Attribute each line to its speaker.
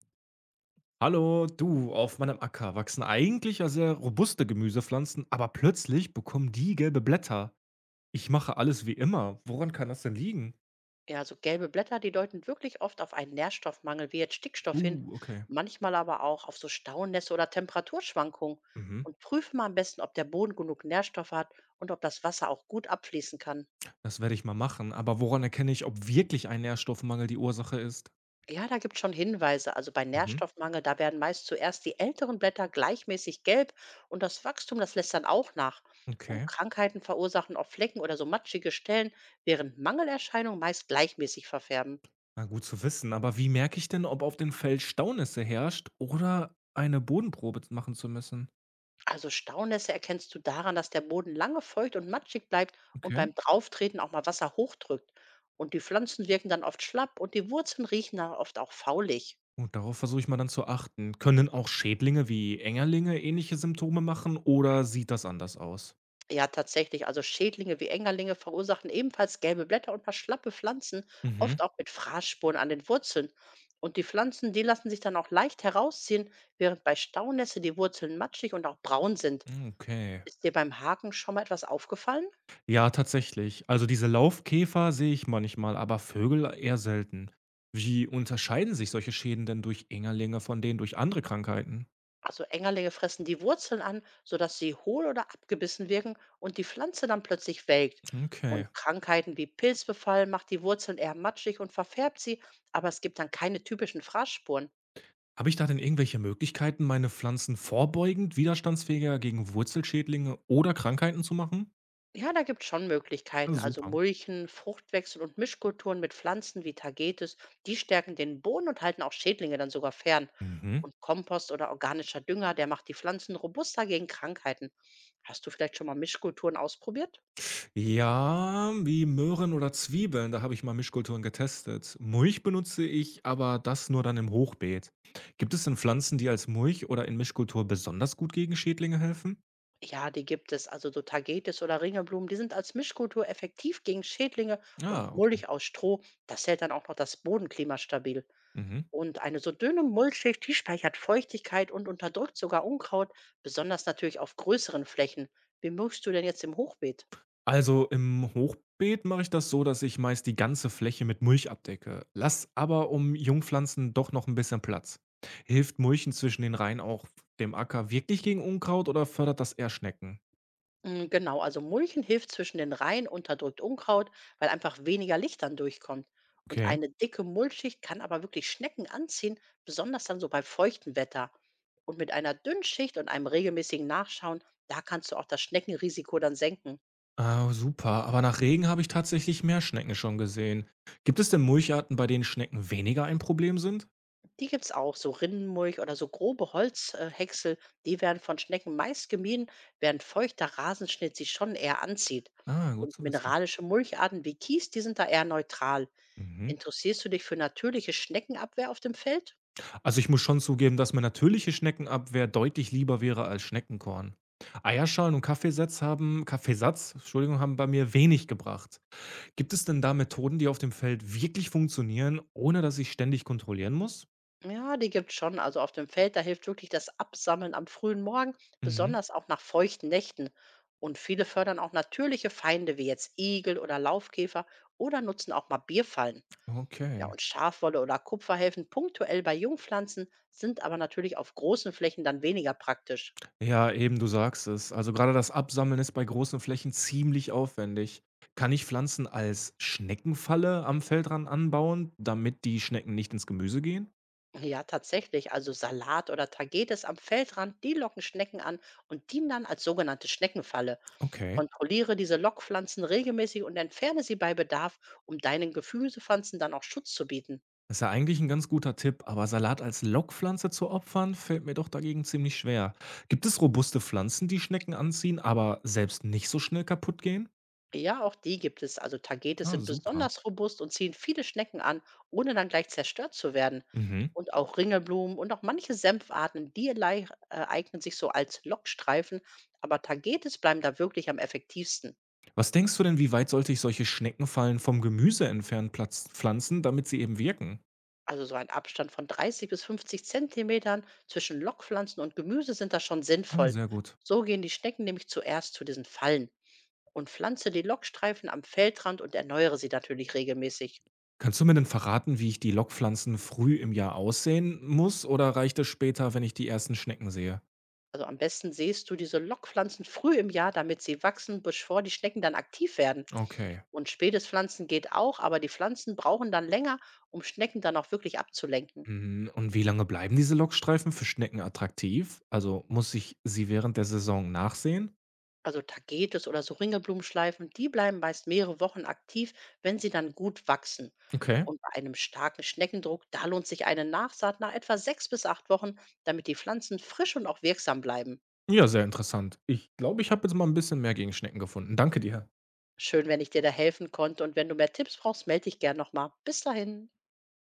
Speaker 1: Hallo, du, auf meinem Acker wachsen eigentlich ja sehr robuste Gemüsepflanzen, aber plötzlich bekommen die gelbe Blätter. Ich mache alles wie immer. Woran kann das denn liegen?
Speaker 2: Ja, also gelbe Blätter, die deuten wirklich oft auf einen Nährstoffmangel wie jetzt Stickstoff hin,
Speaker 1: Okay.
Speaker 2: manchmal aber auch auf so Staunässe oder Temperaturschwankungen.
Speaker 1: Mhm.
Speaker 2: Und prüfe mal am besten, ob der Boden genug Nährstoffe hat und ob das Wasser auch gut abfließen kann.
Speaker 1: Das werde ich mal machen. Aber woran erkenne ich, ob wirklich ein Nährstoffmangel die Ursache ist?
Speaker 2: Ja, da gibt es schon Hinweise. Also bei
Speaker 1: Mhm.
Speaker 2: Nährstoffmangel, da werden meist zuerst die älteren Blätter gleichmäßig gelb und das Wachstum, das lässt dann auch nach. Und
Speaker 1: Okay.
Speaker 2: Krankheiten verursachen oft Flecken oder so matschige Stellen, während Mangelerscheinungen meist gleichmäßig verfärben.
Speaker 1: Na, gut zu wissen. Aber wie merke ich denn, ob auf dem Feld Staunässe herrscht oder eine Bodenprobe machen zu müssen?
Speaker 2: Also Staunässe erkennst du daran, dass der Boden lange feucht und matschig bleibt und
Speaker 1: Okay.
Speaker 2: beim Drauftreten auch mal Wasser hochdrückt. Und die Pflanzen wirken dann oft schlapp und die Wurzeln riechen dann oft auch faulig.
Speaker 1: Gut, darauf versuche ich mal dann zu achten. Können auch Schädlinge wie Engerlinge ähnliche Symptome machen oder sieht das anders aus?
Speaker 2: Ja, tatsächlich. Also Schädlinge wie Engerlinge verursachen ebenfalls gelbe Blätter und paar schlappe Pflanzen,
Speaker 1: Mhm.
Speaker 2: oft auch mit Fraßspuren an den Wurzeln. Und die Pflanzen, die lassen sich dann auch leicht herausziehen, während bei Staunässe die Wurzeln matschig und auch braun sind.
Speaker 1: Okay.
Speaker 2: Ist dir beim Haken schon mal etwas aufgefallen?
Speaker 1: Ja, tatsächlich. Also diese Laufkäfer sehe ich manchmal, aber Vögel eher selten. Wie unterscheiden sich solche Schäden denn durch Engerlinge von denen durch andere Krankheiten?
Speaker 2: Also Engerlinge fressen die Wurzeln an, sodass sie hohl oder abgebissen wirken und die Pflanze dann plötzlich welkt.
Speaker 1: Okay.
Speaker 2: Und Krankheiten wie Pilzbefall macht die Wurzeln eher matschig und verfärbt sie, aber es gibt dann keine typischen Fraßspuren.
Speaker 1: Habe ich da denn irgendwelche Möglichkeiten, meine Pflanzen vorbeugend widerstandsfähiger gegen Wurzelschädlinge oder Krankheiten zu machen?
Speaker 2: Ja, da gibt es schon
Speaker 1: Ah,
Speaker 2: Möglichkeiten. Also
Speaker 1: super.
Speaker 2: Mulchen, Fruchtwechsel und Mischkulturen mit Pflanzen wie Tagetes, die stärken den Boden und halten auch Schädlinge dann sogar fern.
Speaker 1: Mhm.
Speaker 2: Und Kompost oder organischer Dünger, der macht die Pflanzen robuster gegen Krankheiten. Hast du vielleicht schon mal Mischkulturen ausprobiert?
Speaker 1: Ja, wie Möhren oder Zwiebeln, da habe ich mal Mischkulturen getestet. Mulch benutze ich, aber das nur dann im Hochbeet. Gibt es denn Pflanzen, die als Mulch oder in Mischkultur besonders gut gegen Schädlinge helfen?
Speaker 2: Ja, die gibt es. Also so Tagetes oder Ringelblumen, die sind als Mischkultur effektiv gegen Schädlinge
Speaker 1: Ah,
Speaker 2: und
Speaker 1: okay.
Speaker 2: Mulch aus Stroh, das hält dann auch noch das Bodenklima stabil.
Speaker 1: Mhm.
Speaker 2: Und eine so dünne Mulchschicht, die speichert Feuchtigkeit und unterdrückt sogar Unkraut, besonders natürlich auf größeren Flächen. Wie mulchst du denn jetzt im Hochbeet?
Speaker 1: Also im Hochbeet mache ich das so, dass ich meist die ganze Fläche mit Mulch abdecke. Lass aber um Jungpflanzen doch noch ein bisschen Platz. Hilft Mulchen zwischen den Reihen auch dem Acker wirklich gegen Unkraut oder fördert das eher Schnecken?
Speaker 2: Genau, also Mulchen hilft zwischen den Reihen, unterdrückt Unkraut, weil einfach weniger Licht dann durchkommt. Und
Speaker 1: Okay.
Speaker 2: eine dicke Mulchschicht kann aber wirklich Schnecken anziehen, besonders dann so bei feuchtem Wetter. Und mit einer dünnen Schicht und einem regelmäßigen Nachschauen, da kannst du auch das Schneckenrisiko dann senken.
Speaker 1: Ah, super. Aber nach Regen habe ich tatsächlich Meerschnecken schon gesehen. Gibt es denn Mulcharten, bei denen Schnecken weniger ein Problem sind?
Speaker 2: Die gibt's auch, so Rinnenmulch oder so grobe Häcksel, die werden von Schnecken meist gemieden, während feuchter Rasenschnitt sie schon eher anzieht.
Speaker 1: Ah, gut
Speaker 2: Und
Speaker 1: zu wissen.
Speaker 2: mineralische Mulcharten wie Kies, die sind da eher neutral.
Speaker 1: Mhm.
Speaker 2: Interessierst du dich für natürliche Schneckenabwehr auf dem Feld?
Speaker 1: Also ich muss schon zugeben, dass mir natürliche Schneckenabwehr deutlich lieber wäre als Schneckenkorn. Eierschalen und Kaffeesatz haben, Kaffeesatz, Entschuldigung, haben bei mir wenig gebracht. Gibt es denn da Methoden, die auf dem Feld wirklich funktionieren, ohne dass ich ständig kontrollieren muss?
Speaker 2: Ja, die gibt's schon. Also auf dem Feld, da hilft wirklich das Absammeln am frühen Morgen,
Speaker 1: Mhm.
Speaker 2: besonders auch nach feuchten Nächten. Und viele fördern auch natürliche Feinde wie jetzt Igel oder Laufkäfer oder nutzen auch mal Bierfallen. Ja,
Speaker 1: Okay.
Speaker 2: und Schafwolle oder Kupfer helfen punktuell bei Jungpflanzen, sind aber natürlich auf großen Flächen dann weniger praktisch.
Speaker 1: Ja, eben, du sagst es. Also gerade das Absammeln ist bei großen Flächen ziemlich aufwendig. Kann ich Pflanzen als Schneckenfalle am Feldrand anbauen, damit die Schnecken nicht ins Gemüse gehen?
Speaker 2: Ja, tatsächlich. Also Salat oder Tagetes am Feldrand, die locken Schnecken an und dienen dann als sogenannte Schneckenfalle.
Speaker 1: Okay.
Speaker 2: Kontrolliere diese Lockpflanzen regelmäßig und entferne sie bei Bedarf, um deinen Gefühlspflanzen dann auch Schutz zu bieten.
Speaker 1: Das ist ja eigentlich ein ganz guter Tipp, aber Salat als Lockpflanze zu opfern, fällt mir doch dagegen ziemlich schwer. Gibt es robuste Pflanzen, die Schnecken anziehen, aber selbst nicht so schnell kaputt gehen?
Speaker 2: Ja, auch die gibt es. Also Tagetes
Speaker 1: Ah,
Speaker 2: sind
Speaker 1: super.
Speaker 2: besonders robust und ziehen viele Schnecken an, ohne dann gleich zerstört zu werden.
Speaker 1: Mhm.
Speaker 2: Und auch Ringelblumen und auch manche Senfarten, die eignen sich so als Lockstreifen, aber Tagetes bleiben da wirklich am effektivsten.
Speaker 1: Was denkst du denn, wie weit sollte ich solche Schneckenfallen vom Gemüse entfernt pflanzen, damit sie eben wirken?
Speaker 2: Also so ein Abstand von 30 bis 50 Zentimetern zwischen Lockpflanzen und Gemüse sind da schon
Speaker 1: Ah,
Speaker 2: sinnvoll.
Speaker 1: sehr gut.
Speaker 2: So gehen die Schnecken nämlich zuerst zu diesen Fallen. Und pflanze die Lockstreifen am Feldrand und erneuere sie natürlich regelmäßig.
Speaker 1: Kannst du mir denn verraten, wie ich die Lockpflanzen früh im Jahr aussehen muss oder reicht es später, wenn ich die ersten Schnecken sehe?
Speaker 2: Also am besten säst du diese Lockpflanzen früh im Jahr, damit sie wachsen, bevor die Schnecken dann aktiv werden.
Speaker 1: Okay.
Speaker 2: Und spätes Pflanzen geht auch, aber die Pflanzen brauchen dann länger, um Schnecken dann auch wirklich abzulenken.
Speaker 1: Mhm, und wie lange bleiben diese Lockstreifen für Schnecken attraktiv? Also muss ich sie während der Saison nachsehen?
Speaker 2: Also Tagetes oder so Ringelblumenschleifen, die bleiben meist mehrere Wochen aktiv, wenn sie dann gut wachsen.
Speaker 1: Okay.
Speaker 2: Und bei einem starken Schneckendruck, da lohnt sich eine Nachsaat nach etwa 6 bis 8 Wochen, damit die Pflanzen frisch und auch wirksam bleiben.
Speaker 1: Ja, sehr interessant. Ich glaube, ich habe jetzt mal ein bisschen mehr gegen Schnecken gefunden. Danke dir.
Speaker 2: Schön, wenn ich dir da helfen konnte und wenn du mehr Tipps brauchst, melde dich gern nochmal. Bis dahin.